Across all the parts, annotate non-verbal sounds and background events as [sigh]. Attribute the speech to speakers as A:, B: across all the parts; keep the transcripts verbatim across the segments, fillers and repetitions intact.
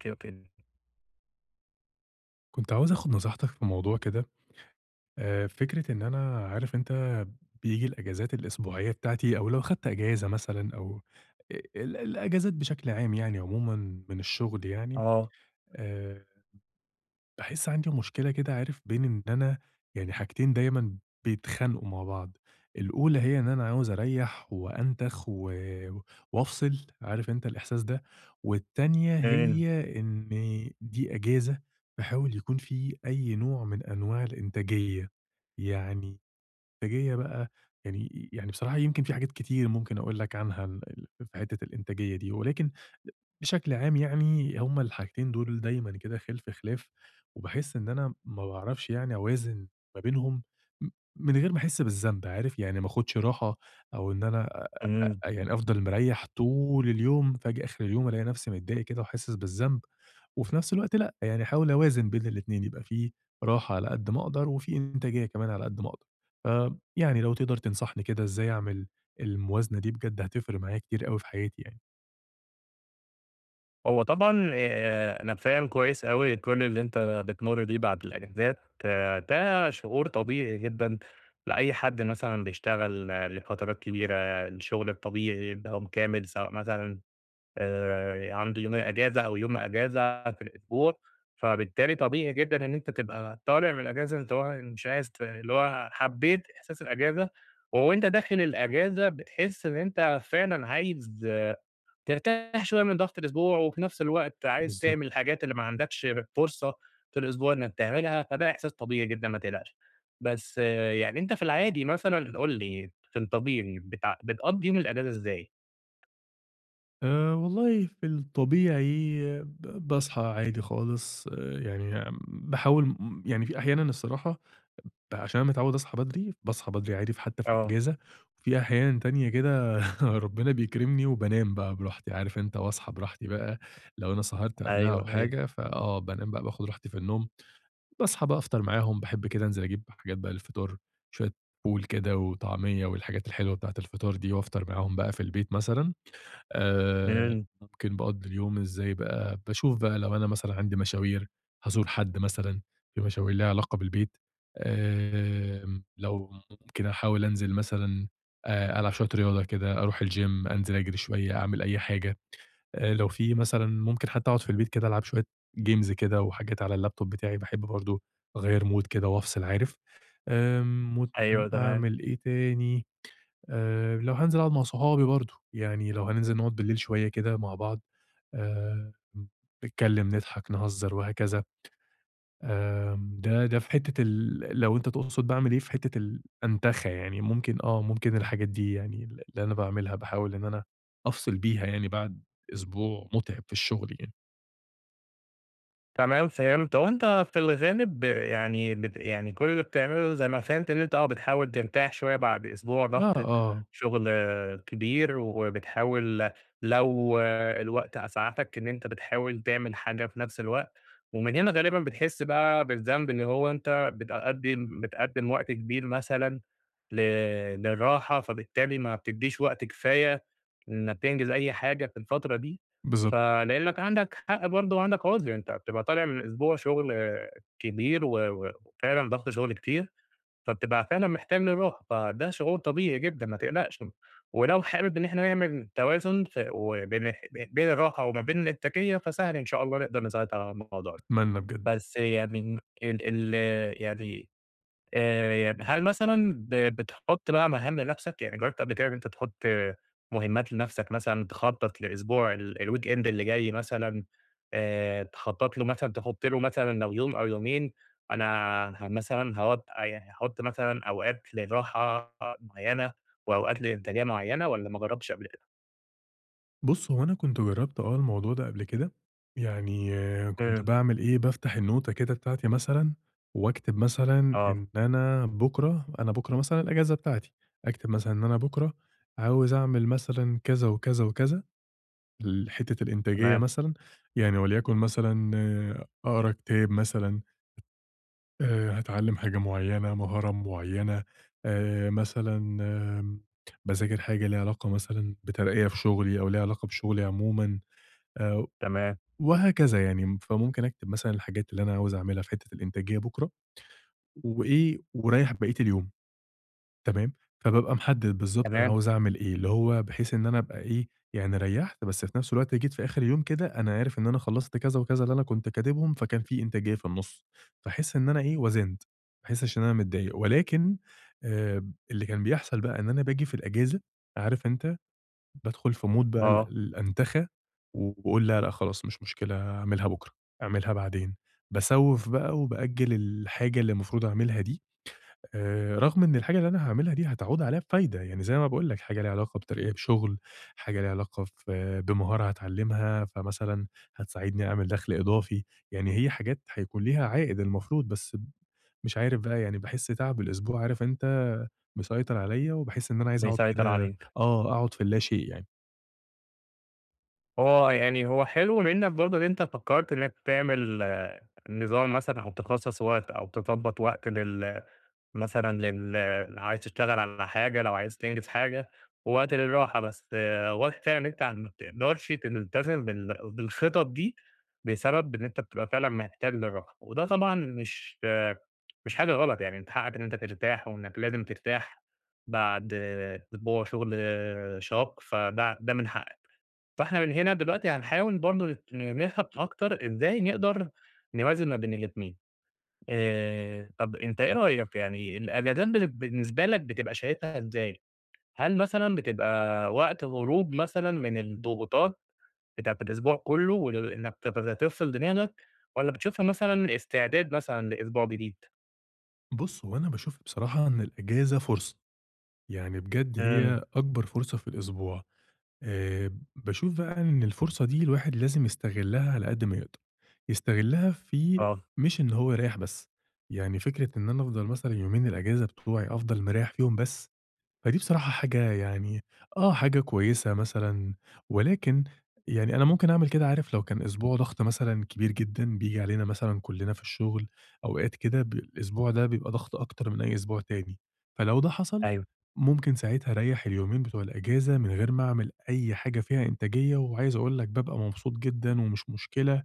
A: أوكي، أوكي.
B: كنت عاوز اخد نصيحتك في موضوع كده. آه، فكرة ان انا عارف انت بيجي الاجازات الاسبوعية بتاعتي او لو خدت اجازة مثلا او ال- الاجازات بشكل عام يعني عموما من الشغل يعني.
A: آه،
B: آه، باحس عندي مشكلة كده عارف بين إن أنا يعني حاجتين دايمًا بيتخانقوا مع بعض، الأولى هي إن أنا عاوز أريّح وأنتخ و وأفصل، عارف أنت الإحساس ده، والتانية
A: إمم،
B: هي إن دي إجازة باحاول يكون في أي نوع من أنواع الإنتاجية، يعني إنتاجية بقى، يعني يعني بصراحة يمكن في حاجات كتير ممكن أقول لك عنها ال في حتّة الإنتاجية دي، ولكن بشكل عام يعني هُم الحاجتين دول دايمًا كده خِلف خلاف، وباحس إن أنا ما باعرفش يعني أوازن ما بينهم م من غير ما أحس بالذنب عارف، يعني ما آخُدش راحة أو إن أنا
A: إمم.
B: أ يعني أفضل مريّح طول اليوم، فآجي آخر اليوم ألاقي نَفْسي متضايق كده وحاسس بالذنب، وفي نَفْس الوقت لأ، يعني أحاول أوازن بين الاتنين، يبقى في راحة على قد ما أقدر وفي إنتاجية كمان على قد ما أقدر. فيعني لو تقدر تنصحني كده إزاي أعمل الموازنة دي بجد هتفرق معايا كتير أوي في حياتي يعني.
A: هو طبعًا آآ أنا فاهم كويس أوي كل اللي أنت بتمُر بيه بعد الإجازات، آه، ده شعور طبيعي جدًا لأي حد مثلًا بيشتغل آه، لفترات كبيرة، الشغل الطبيعي بيوم كامل، سواء مثلًا آآ عنده يومين إجازة أو يوم إجازة في الأسبوع، فبالتالي طبيعي جدًا إن أنت تبقى طالع من الإجازة أنت وا مش عايز ت اللي هو حبّيت إحساس الإجازة، وأنت داخل الإجازة بتحس إن أنت فعلًا عايز ترتاح شوية من ضغط الأسبوع، وفي نفس الوقت عايز
B: بالضبط.
A: تعمل الحاجات اللي ما عندكش فرصة في الأسبوع إنك تعملها، فده إحساس طبيعي جدًا ما تقلقش. بس آه، يعني أنت في العادي مثلًا قُل لي في الطبيعي بتع بتقضّي يوم الأجازة إزاي؟
B: آآ والله في الطبيعي ب باصحى عادي خالص، آآ يعني باحاول م يعني في أحيانًا الصراحة ب عشان أنا متعوّد أصحى بدري، باصحى بدري عادي في حتّى في
A: آه.
B: الإجازة، وفي أحيان تانية كده [laughs] ربنا بيكرمني وبانام بقى براحتي عارف أنت واصحى براحتي بقى، لو أنا سهرت قبلها أو
A: أيوه، أيوه.
B: حاجة فآه بانام بقى باخُد راحتي في النوم، باصحى بقى أفطر معاهم، باحب كده أنزل أجيب حاجات بقى للفطار، شوية فول كده وطعمية والحاجات الحلوة بتاعة الفطار دي وأفطر معاهم بقى في البيت مثلًا. آآ،
A: إمم.
B: ممكن باقضّي اليوم إزاي بقى، باشوف بقى لو أنا مثلًا عندي مشاوير، هازور حد مثلًا، في مشاوير ليها علاقة بالبيت، آمم، لو ممكن أحاول أنزل مثلًا، آآ، ألعب شوية رياضة كده، أروح الgym، أنزل أجري شوية، أعمل أي حاجة، آآ، لو في مثلًا ممكن حتى أقعد في البيت كده ألعب شوية games كده وحاجات على الlaptop بتاعي، باحب برضه أغيّر mood كده وأفصل عارف. آمم، ممكن
A: أيوه تمام.
B: أعمل إيه تاني؟ آآ، لو هانزل أقعد مع صحابي برضه، يعني لو هننزل نقعد بالليل شوية كده مع بعض، آآ، نتكلم، نضحك، نهزر وهكذا. آمم، ده ده في حتة ال لو أنت تقصد باعمل إيه في حتة الأنتخة يعني، ممكن آه، ممكن الحاجات دي يعني ال اللي أنا باعملها باحاول إن أنا أفصل بيها يعني بعد أسبوع متعب في الشغل يعني.
A: تمام فهمت، هو أنت في الغالب ب- يعني بت يعني كل اللي بتعمله زي ما فهمت إن أنت آه بتحاول ترتاح شوية بعد أسبوع ضغط
B: آه، آه،
A: شغل آه، كبير، وبتحاول لو آه، الوقت أسعفك إن أنت بتحاول تعمل حاجة في نفس الوقت، ومن هنا غالبًا بتحس بقى بالذنب اللي هو أنت بتقدم بتقدم وقت كبير مثلًا ل للراحة، فبالتالي ما بتديش وقت كفاية إنك تنجز أي حاجة في الفترة دي.
B: بالضبط،
A: فلإنك عندك حق برضه وعندك عذر، أنت بتبقى طالع من أسبوع شغل آه، كبير و و وفعلًا ضغط شغل كتير، فبتبقى فعلًا محتاج للراحة، فده شعور طبيعي جدًا ما تقلقش، ولو حابب إن إحنا نعمل توازن ف وبين الح بين الراحة وما بين الإنتاجية، فسهل إن شاء الله نقدر نساعد على الموضوع ده،
B: أتمنى بجد.
A: بس يعني ال ال يعني آآ هل مثلًا ب بتحُط بقى مهام لنَفْسك؟ يعني جرّبت قبل كده إن أنت تحُط مهمّات لنَفْسك مثلًا، تخطّط للأسبوع ال الweekend اللي جاي مثلًا آآ تخطّط له مثلًا تحُط له مثلًا لو يوم أو يومين أنا ه مثلًا هاقعُد يعني هاحُط مثلًا أوقات للراحة معيّنة وأوقات لإنتاجية معيّنة والّا ما جرّبتش قبل كده؟
B: بُص، هو أنا كنت جرّبت آه الموضوع ده قبل كده، يعني آه، كنت
A: إمم،
B: باعمل إيه، بافتح النوتة كده بتاعتي مثلًا وأكتب مثلًا
A: آه،
B: إن أنا بُكرة أنا بُكرة مثلًا الأجازة بتاعتي، أكتب مثلًا إن أنا بُكرة عاوز أعمل مثلًا كذا وكذا وكذا، ال حتّة الإنتاجية
A: تمام،
B: مثلًا، يعني وليكن مثلًا آه، أقرا كتاب مثلًا، آآ هاتعلّم حاجة معيّنة، مهارة معيّنة، آآ مثلًا، آمم باذاكر حاجة ليها علاقة مثلًا بترقية في شغلي أو ليها علاقة بشغلي عمومًا. آآ
A: تمام،
B: وهكذا يعني، فممكن أكتب مثلًا الحاجات اللي أنا عاوز أعملها في حتّة الإنتاجية بُكرة وإيه، وأريّح بقية اليوم، تمام؟ فبابقى محدد بالضبط أنا
A: تمام،
B: عاوز أعمل إيه، اللي هو بحيث إن أنا أبقى إيه، يعني ريّحت بس في نفس الوقت جيت في آخر اليوم كده أنا عارف إن أنا خلّصت كذا وكذا اللي أنا كنت كاتبهم، فكان في إنتاجية في النُص، فاحس إن أنا إيه، وزنت، ما احسش إن أنا متضايق، ولكن آآ اللي كان بيحصل بقى إن أنا باجي في الأجازة، عارف أنت بادخل في mood بقى ال
A: آه،
B: الأنتخة، وباقول لا، لأ خلاص مش مشكلة أعملها بُكرة، أعملها بعدين، باسوّف بقى وبأجّل الحاجة اللي المفروض أعملها دي، آآ رغم إن الحاجة اللي أنا هاعملها دي هتعود عليها بفايدة، يعني زي ما باقول لك حاجة ليها علاقة بترقية بشغل، حاجة ليها علاقة ف بمهارة هاتعلّمها، فمثلًا هتساعدني أعمل دخل إضافي، يعني هي حاجات هيكون ليها عائد المفروض، بس ب مش عارف بقى يعني باحس تعب الأسبوع عارف أنت مسيطر عليَّ، وباحس إن أنا عايز أقعد
A: بيسيطر
B: كده
A: عليه.
B: آه، أقعد في اللاشيء يعني.
A: هو يعني هو حلو منك برضه إن أنت فكّرت إنك تعمل آآ، نظام مثلًا أو تخصّص وقت أو تضبّط وقت لل مثلًا لل عايز تشتغل على حاجة، لو عايز تنجز حاجة، ووقت للراحة، بس واضح فعلًا إن أنت ما بتقدرش تلتزم بال بالخطط دي بسبب إن أنت بتبقى فعلًا محتاج للراحة، وده طبعًا مش آه، مش حاجة غلط يعني من حقك إن أنت ترتاح وإنك لازم ترتاح بعد آه، أسبوع شغل آه، شاق، فده ده من حقك. فإحنا من هنا دلوقتي هنحاول برضه نت نفهم أكتر إزاي نقدر نوازن ما بين الاتنين، آآ طب أنت إيه رأيك يعني الأجازات بن بالنسبة لك بتبقى شايفها إزاي؟ هل مثلًا بتبقى وقت هروب مثلًا من الضغوطات بتاعة الأسبوع كله وإنك تبقى تفصل دماغك، والّا بتشوفها مثلًا استعداد مثلًا لأسبوع جديد؟
B: بُص، هو أنا باشوف بصراحة إن الأجازة فرصة، يعني بجد
A: إمم،
B: هي أكبر فرصة في الأسبوع، آآ، باشوف بقى إن الفرصة دي الواحد لازم يستغلها على قد ما يقدر، يستغلها في
A: آه،
B: مش إن هو يريّح بس، يعني فكرة إن أنا أفضل مثلًا يومين الأجازة بتوعي أفضل مريّح فيهم بس، فدي بصراحة حاجة يعني آه، حاجة كويسة مثلًا، ولكن يعني أنا ممكن أعمل كده عارف لو كان أسبوع ضغط مثلًا كبير جدًا بييجي علينا مثلًا كلّنا في الشغل، أوقات كده ب الأسبوع ده بيبقى ضغط أكتر من أي أسبوع تاني، فلو ده حصل
A: أيوه،
B: ممكن ساعتها أريّح اليومين بتوع الأجازة من غير ما أعمل أي حاجة فيها إنتاجية، وعايز أقول لك بابقى مبسوط جدًا ومش مشكلة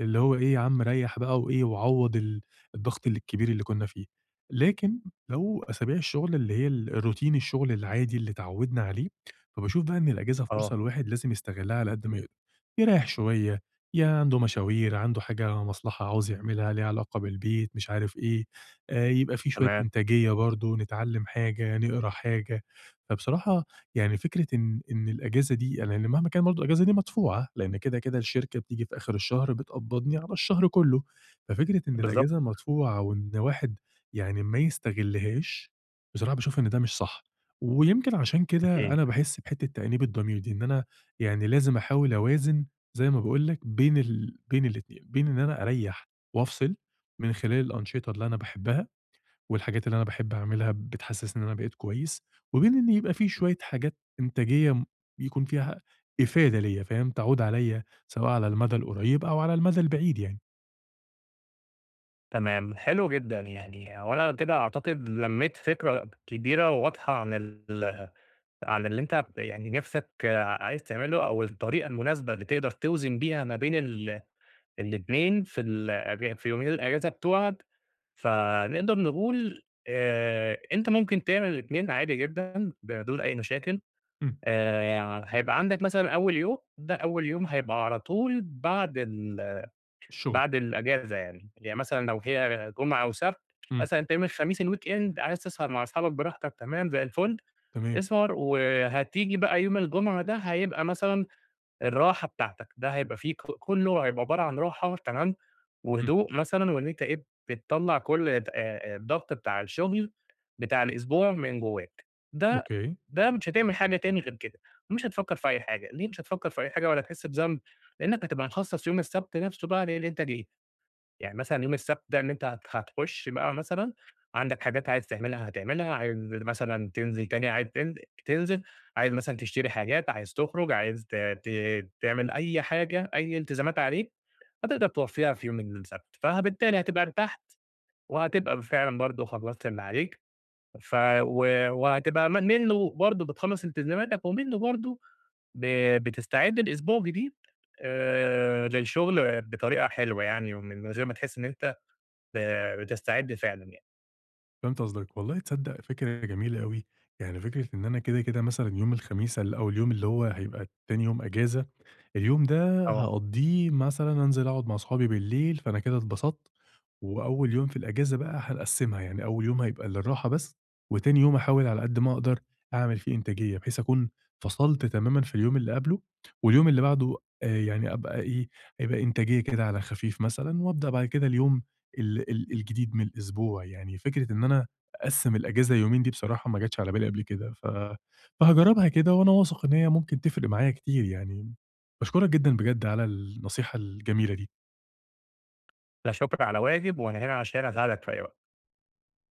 B: اللي هو إيه يا عم ريّح بقى وإيه، وعوّض ال الضغط ال الكبير اللي كُنّا فيه. لكن لو أسابيع الشغل اللي هي ال الروتين الشغل العادي اللي اتعوّدنا عليه، فباشوف بقى إن الأجازة فرصة
A: آه،
B: الواحد لازم يستغلّها على قد ما يقدر، يريّح شوية، يا عنده مشاوير، عنده حاجة مصلحة عاوز يعملها ليها علاقة بالبيت، مش عارف إيه، آآ يبقى في شوية
A: تمام،
B: إنتاجية برضه، نتعلّم حاجة، نقرا حاجة. فبصراحة يعني فكرة إن إن الأجازة دي لإن مهما كان برضه الأجازة دي مدفوعة، لإن كده، كده الشركة بتيجي في آخر الشهر بتقبضني على الشهر كله، ففكرة إن
A: بالضبط،
B: الأجازة مدفوعة وإن واحد يعني ما يستغلهاش، بصراحة باشوف إن ده مش صح، ويمكن عشان كده
A: أكيد.
B: أنا باحس بحتة تأنيب الضمير دي، إن أنا يعني لازم أحاول أوازن زي ما باقول لك بين ال بين الاتنين، بين إن أنا أريّح وأفصل من خلال الأنشطة اللي أنا باحبها والحاجات اللي أنا باحب أعملها بتحسّسني إن أنا بقيت كويس، وبين إن يبقى في شوية حاجات إنتاجية م يكون فيها إفادة ليّا فاهم، تعود عليّا سواء على المدى القريب أو على المدى البعيد يعني.
A: تمام، حلو جدًا، يعني هو أنا كده أعتقد لمّيت فكرة كبيرة وواضحة عن ال عن اللي أنت يعني نِفْسك عايز تعمله أو الطريقة المناسبة اللي تقدر توزن بيها ما بين ال الاتنين في الأج في يومين الأجازة بتوعك، فنقدر نقول آآ، أنت ممكن تعمل الاتنين عادي جدًا بدون أي مشاكل،
B: إمم،
A: آآ، يعني هيبقى عندك مثلًا أول يوم ده أول يوم هيبقى على طول بعد ال
B: الشغل،
A: بعد الأجازة يعني، يعني مثلًا لو هي جمعة وسبت،
B: إمم،
A: مثلًا أنت يوم الخميس الweekend عايز تسهر مع أصحابك براحتك تمام زي الفل،
B: تمام،
A: اسهر وهتيجي بقى يوم الجمعة ده هيبقى مثلًا الراحة بتاعتك، ده هيبقى فيه ك كله هيبقى عبارة عن راحة تمام،
B: إمم،
A: وهدوء مثلًا وإن أنت إيه، بتطلّع كل آآ آآ الضغط بتاع الشغل بتاع الأسبوع من جواك، ده
B: أوكي،
A: ده مش هتعمل حاجة تاني غير كده، مش هتفكّر في أي حاجة، ليه مش هتفكّر في أي حاجة ولا هتحس بذنب؟ لإنك هتبقى مخصص يوم السبت نفسه بقى للإنتاجية. يعني مثلًا يوم السبت ده إن أنت هت هتخش بقى مثلًا عندك حاجات عايز تعملها هتعملها، عايز مثلًا تنزل تاني عايز تن تنزل، عايز مثلًا تشتري حاجات، عايز تخرج، عايز ت ت تعمل أي حاجة، أي التزامات عليك هتقدر توفّيها في يوم السبت، فبالتالي هتبقى ارتحت وهتبقى فعلًا برضه خلّصت اللي عليك، ف و وهتبقى م منّه برضه بتخلّص التزاماتك ومنّه برضه ب بتستعد لأسبوع جديد آآ للشغل بطريقة حلوة يعني ومن غير ما تحس إن أنت ب بتساعدني فعلًا يعني،
B: فهمت قصدك. والله تصدّق فكرة جميلة أوي، يعني فكرة إن أنا كده، كده مثلًا يوم الخميس ال أو اليوم اللي هو هيبقى تاني يوم أجازة، اليوم ده
A: آه،
B: هاقضّيه مثلًا أنزل أقعد مع صحابي بالليل، فأنا كده اتبسطت. وأول يوم في الأجازة بقى هنقسّمها، يعني أول يوم هيبقى للراحة بس، وتاني يوم هاحاول على قد ما أقدر أعمل فيه إنتاجية، بحيث أكون فصلت تمامًا في اليوم اللي قبله، واليوم اللي بعده آآ يعني أبقى إيه، هيبقى إنتاجية كده على خفيف مثلًا، وأبدأ بعد كده اليوم ال ال الجديد من الأسبوع، يعني فكرة إن أنا أقسّم الأجازة يومين دي بصراحة ما جاتش على بالي قبل كده، ف فهاجرّبها كده وأنا واثق إن هي ممكن تفرق معايا كتير يعني. باشكرك جدًا بجد على النصيحة الجميلة دي.
A: لا شكر على واجب وأنا هنا عشان أساعدك في أي وقت.